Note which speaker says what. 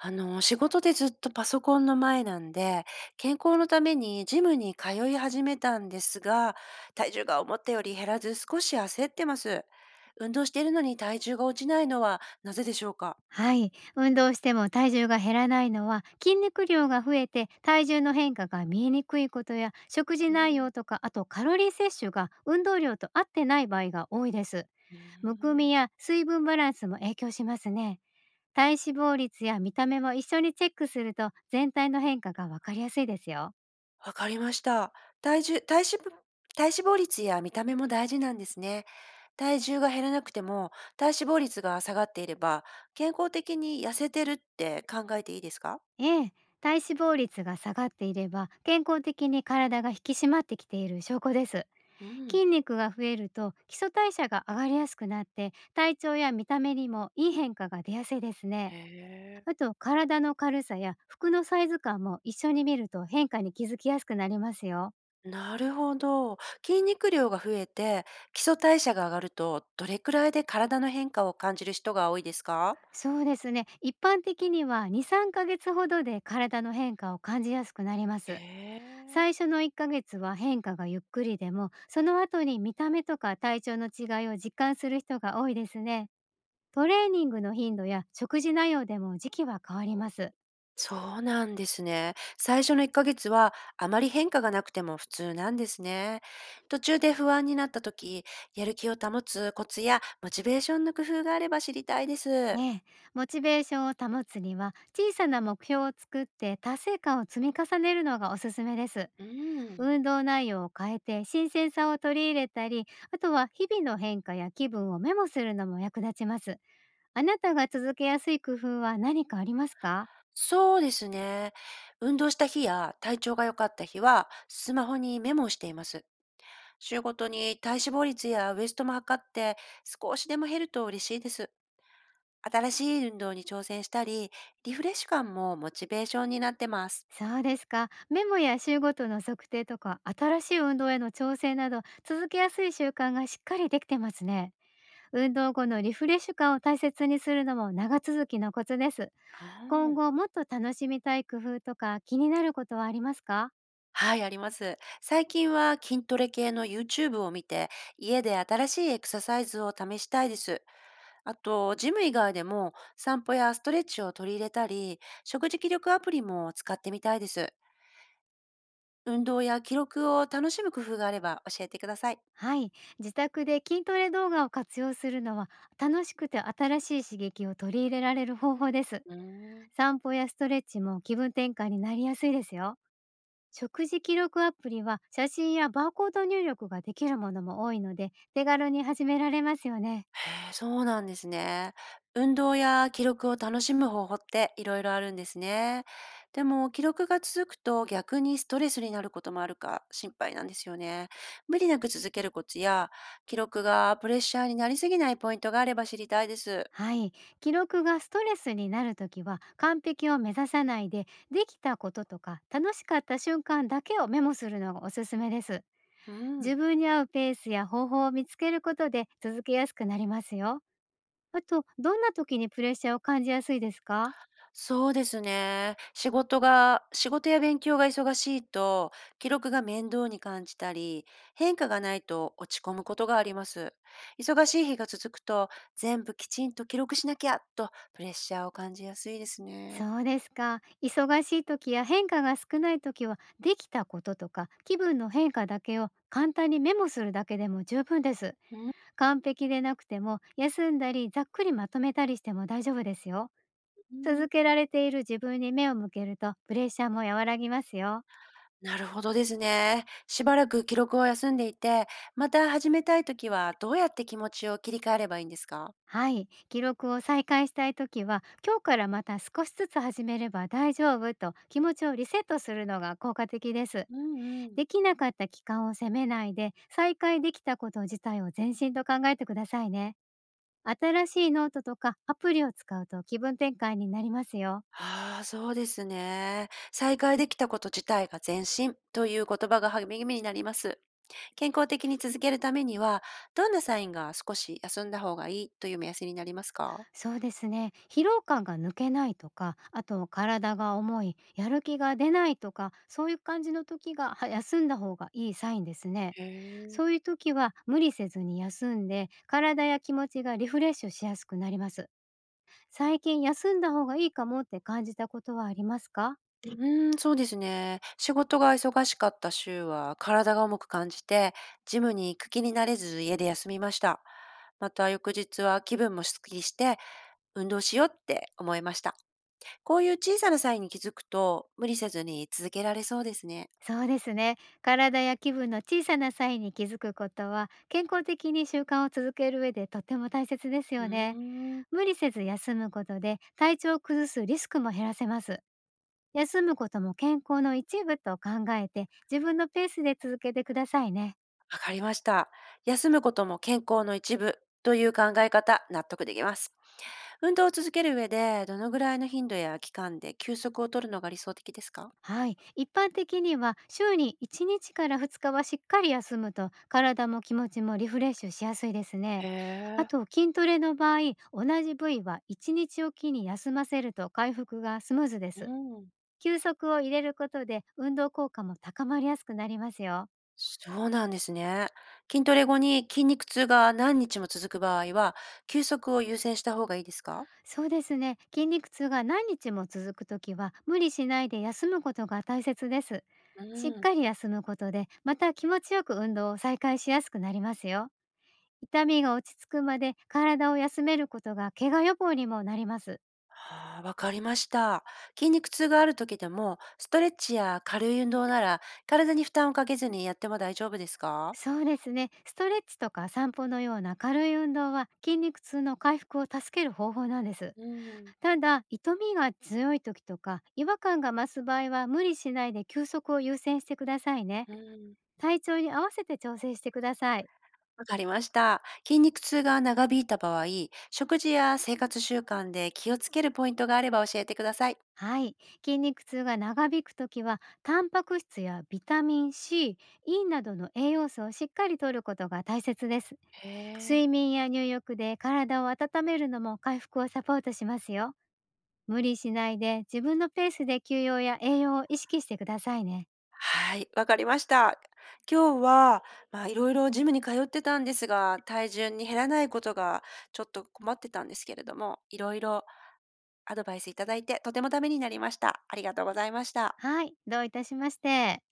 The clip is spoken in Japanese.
Speaker 1: 仕事でずっとパソコンの前なんで、健康のためにジムに通い始めたんですが、体重が思ったより減らず少し焦ってます。運動しているのに体重が落ちないのはなぜでしょうか？
Speaker 2: はい、運動しても体重が減らないのは筋肉量が増えて体重の変化が見えにくいことや食事
Speaker 1: う
Speaker 2: 内
Speaker 1: ん。
Speaker 2: 容とか、あとカロリー摂取が運動量と合ってない場合が多いです。
Speaker 1: うー
Speaker 2: むくみ
Speaker 1: ん
Speaker 2: や水分バランスも影響しますね。体脂肪率や見た目も一緒にチェックすると全体の変化がわかりやすいですよ。
Speaker 1: わかりました。体重、体脂肪、体脂肪率や見た目も大事なんですね。体重が減らなくても体脂肪率が下がっていれば、健康的に痩せてるって考えていいですか？
Speaker 2: ええ、体脂肪率が下がっていれば健康的に体が引き締まってきている証拠です。
Speaker 1: うん。
Speaker 2: 筋肉が増えると基礎代謝が上がりやすくなって体調や見た目にもいい変化が出やすいですね。
Speaker 1: へ
Speaker 2: あ
Speaker 1: え。
Speaker 2: と、体の軽さや服のサイズ感も一緒に見ると変化に気づきやすくなりますよ。
Speaker 1: なるほど。筋肉量が増えて、基礎代謝が上がると、どれくらいで体の変化を感じる人が多いですか？
Speaker 2: そうですね。一般的には2、3ヶ月ほどで体の変化を感じやすくなりま
Speaker 1: え
Speaker 2: す。
Speaker 1: え。
Speaker 2: 最初の1ヶ月は変化がゆっくりでも、その後に見た目とか体調の違いを実感する人が多いですね。トレーニングの頻度や食事内容でも時期は変わります。
Speaker 1: そうなんですね。最初の1ヶ月はあまり変化がなくても普通なんですね。途中で不安になった時、やる気を保つコツやモチベーションの工夫があれば知りたいです。
Speaker 2: ねえ、モチベーションを保つには小さな目標を作って達成感を積み重ねるのがおすすめです。
Speaker 1: うん。
Speaker 2: 運動内容を変えて新鮮さを取り入れたり、あとは日々の変化や気分をメモするのも役立ちます。あなたが続けやすい工夫は何かありますか？
Speaker 1: そうですね。運動した日や体調が良かった日はスマホにメモをしています。週ごとに体脂肪率やウエストも測って少しでも減ると嬉しいです。新しい運動に挑戦したり、リフレッシュ感もモチベーションになってます。
Speaker 2: そうですか。メモや週ごとの測定とか新しい運動への調整など、続けやすい習慣がしっかりできてますね。運動後のリフレッシュ感を大切にするのも長続きのコツです。
Speaker 1: あ
Speaker 2: 今
Speaker 1: ー。
Speaker 2: 後もっと楽しみたい工夫とか気になることはありますか？
Speaker 1: はい、あります。最近は筋トレ系の YouTube を見て、家で新しいエクササイズを試したいです。あと、ジム以外でも散歩やストレッチを取り入れたり、食事記録アプリも使ってみたいです。運動や記録を楽しむ工夫があれば教えてください。
Speaker 2: はい、自宅で筋トレ動画を活用するのは楽しくて新しい刺激を取り入れられる方法です。
Speaker 1: うーん。
Speaker 2: 散歩やストレッチも気分転換になりやすいですよ。食事記録アプリは写真やバーコード入力ができるものも多いので、手軽に始められますよね。
Speaker 1: へえ、そうなんですね。運動や記録を楽しむ方法っていろいろあるんですね。でも、記録が続くと逆にストレスになることもあるか心配なんですよね。無理なく続けるコツや、記録がプレッシャーになりすぎないポイントがあれば知りたいです。
Speaker 2: はい。記録がストレスになるときは、完璧を目指さないで、できたこととか、楽しかった瞬間だけをメモするのがおすすめです。
Speaker 1: う
Speaker 2: 自
Speaker 1: ん。
Speaker 2: 分に合うペースや方法を見つけることで続けやすくなりますよ。あと、どんな時にプレッシャーを感じやすいですか？
Speaker 1: そうですね。仕事が仕事や勉強が忙しいと、記録が面倒に感じたり、変化がないと落ち込むことがあります。忙しい日が続くと、全部きちんと記録しなきゃとプレッシャーを感じやすいですね。
Speaker 2: そうですか。忙しい時や変化が少ない時は、できたこととか、気分の変化だけを簡単にメモするだけでも十分です。完璧でなくても休んだり、ざっくりまとめたりしても大丈夫ですよ。
Speaker 1: うん。
Speaker 2: 続けられている自分に目を向けるとプレッシャーも和らぎますよ。
Speaker 1: なるほどですね。しばらく記録を休んでいて、また始めたいときはどうやって気持ちを切り替えればいいんですか？
Speaker 2: はい、記録を再開したいときは、今日からまた少しずつ始めれば大丈夫と気持ちをリセットするのが効果的です。
Speaker 1: うんうん。
Speaker 2: できなかった期間を責めないで、再開できたこと自体を前進と考えてくださいね。新しいノートとかアプリを使うと気分転換になりますよ。
Speaker 1: ああ、そうですね。再開できたこと自体が前進という言葉が励みになります。健康的に続けるためには、どんなサインが少し休んだ方がいいという目安になりますか？
Speaker 2: そうですね。疲労感が抜けないとか、あと体が重い、やる気が出ないとか、そういう感じの時がは休んだ方がいいサインですね。
Speaker 1: へえ。
Speaker 2: そういう時は無理せずに休んで、体や気持ちがリフレッシュしやすくなります。最近休んだ方がいいかもって感じたことはありますか？
Speaker 1: うーん、そうですね。仕事が忙しかった週は体が重く感じて、ジムに行く気になれず家で休みました。また翌日は気分もすっきりして、運動しようって思いました。こういう小さなサインに気づくと、無理せずに続けられそうですね。
Speaker 2: そうですね。体や気分の小さなサインに気づくことは、健康的に習慣を続ける上でとっても大切です
Speaker 1: う
Speaker 2: よね。
Speaker 1: ーん。
Speaker 2: 無理せず休むことで、体調を崩すリスクも減らせます。休むことも健康の一部と考えて、自分のペースで続けてくださいね。
Speaker 1: わかりました。休むことも健康の一部という考え方、納得できます。運動を続ける上で、どのぐらいの頻度や期間で休息を取るのが理想的ですか？
Speaker 2: はい。一般的には週に1日から2日はしっかり休むと体も気持ちもリフレッシュしやすいです
Speaker 1: へ
Speaker 2: ね。あ
Speaker 1: え。
Speaker 2: と、筋トレの場合、同じ部位は1日おきに休ませると回復がスムーズで
Speaker 1: う
Speaker 2: す。
Speaker 1: ん。
Speaker 2: 休息を入れることで運動効果も高まりやすくなりますよ。
Speaker 1: そうなんですね。筋トレ後に筋肉痛が何日も続く場合は、休息を優先した方がいいですか？
Speaker 2: そうですね。筋肉痛が何日も続くときは無理しないで休むことが大切です。
Speaker 1: う
Speaker 2: しっ
Speaker 1: ん。
Speaker 2: かり休むことで、また気持ちよく運動を再開しやすくなりますよ。痛みが落ち着くまで体を休めることが怪我予防にもなります。
Speaker 1: ああ、わかりました。筋肉痛がある時でも、ストレッチや軽い運動なら、体に負担をかけずにやっても大丈夫ですか？
Speaker 2: そうですね。ストレッチとか散歩のような軽い運動は筋肉痛の回復を助ける方法なんです。
Speaker 1: うん。
Speaker 2: ただ、痛みが強い時とか違和感が増す場合は無理しないで休息を優先してくださいね。
Speaker 1: うん、
Speaker 2: 体調に合わせて調整してください。
Speaker 1: わかりました。筋肉痛が長引いた場合、食事や生活習慣で気をつけるポイントがあれば教えてください。
Speaker 2: はい。筋肉痛が長引くときは、タンパク質やビタミン C、E などの栄養素をしっかり摂ることが大切です。
Speaker 1: へえ。
Speaker 2: 睡眠や入浴で体を温めるのも回復をサポートしますよ。無理しないで自分のペースで休養や栄養を意識してくださいね。
Speaker 1: はい、わかりました。今日は、いろいろジムに通ってたんですが、体重に減らないことがちょっと困ってたんですけれども、いろいろアドバイスいただいてとてもためになりました。ありがとうございました。
Speaker 2: はい。どういたしまして。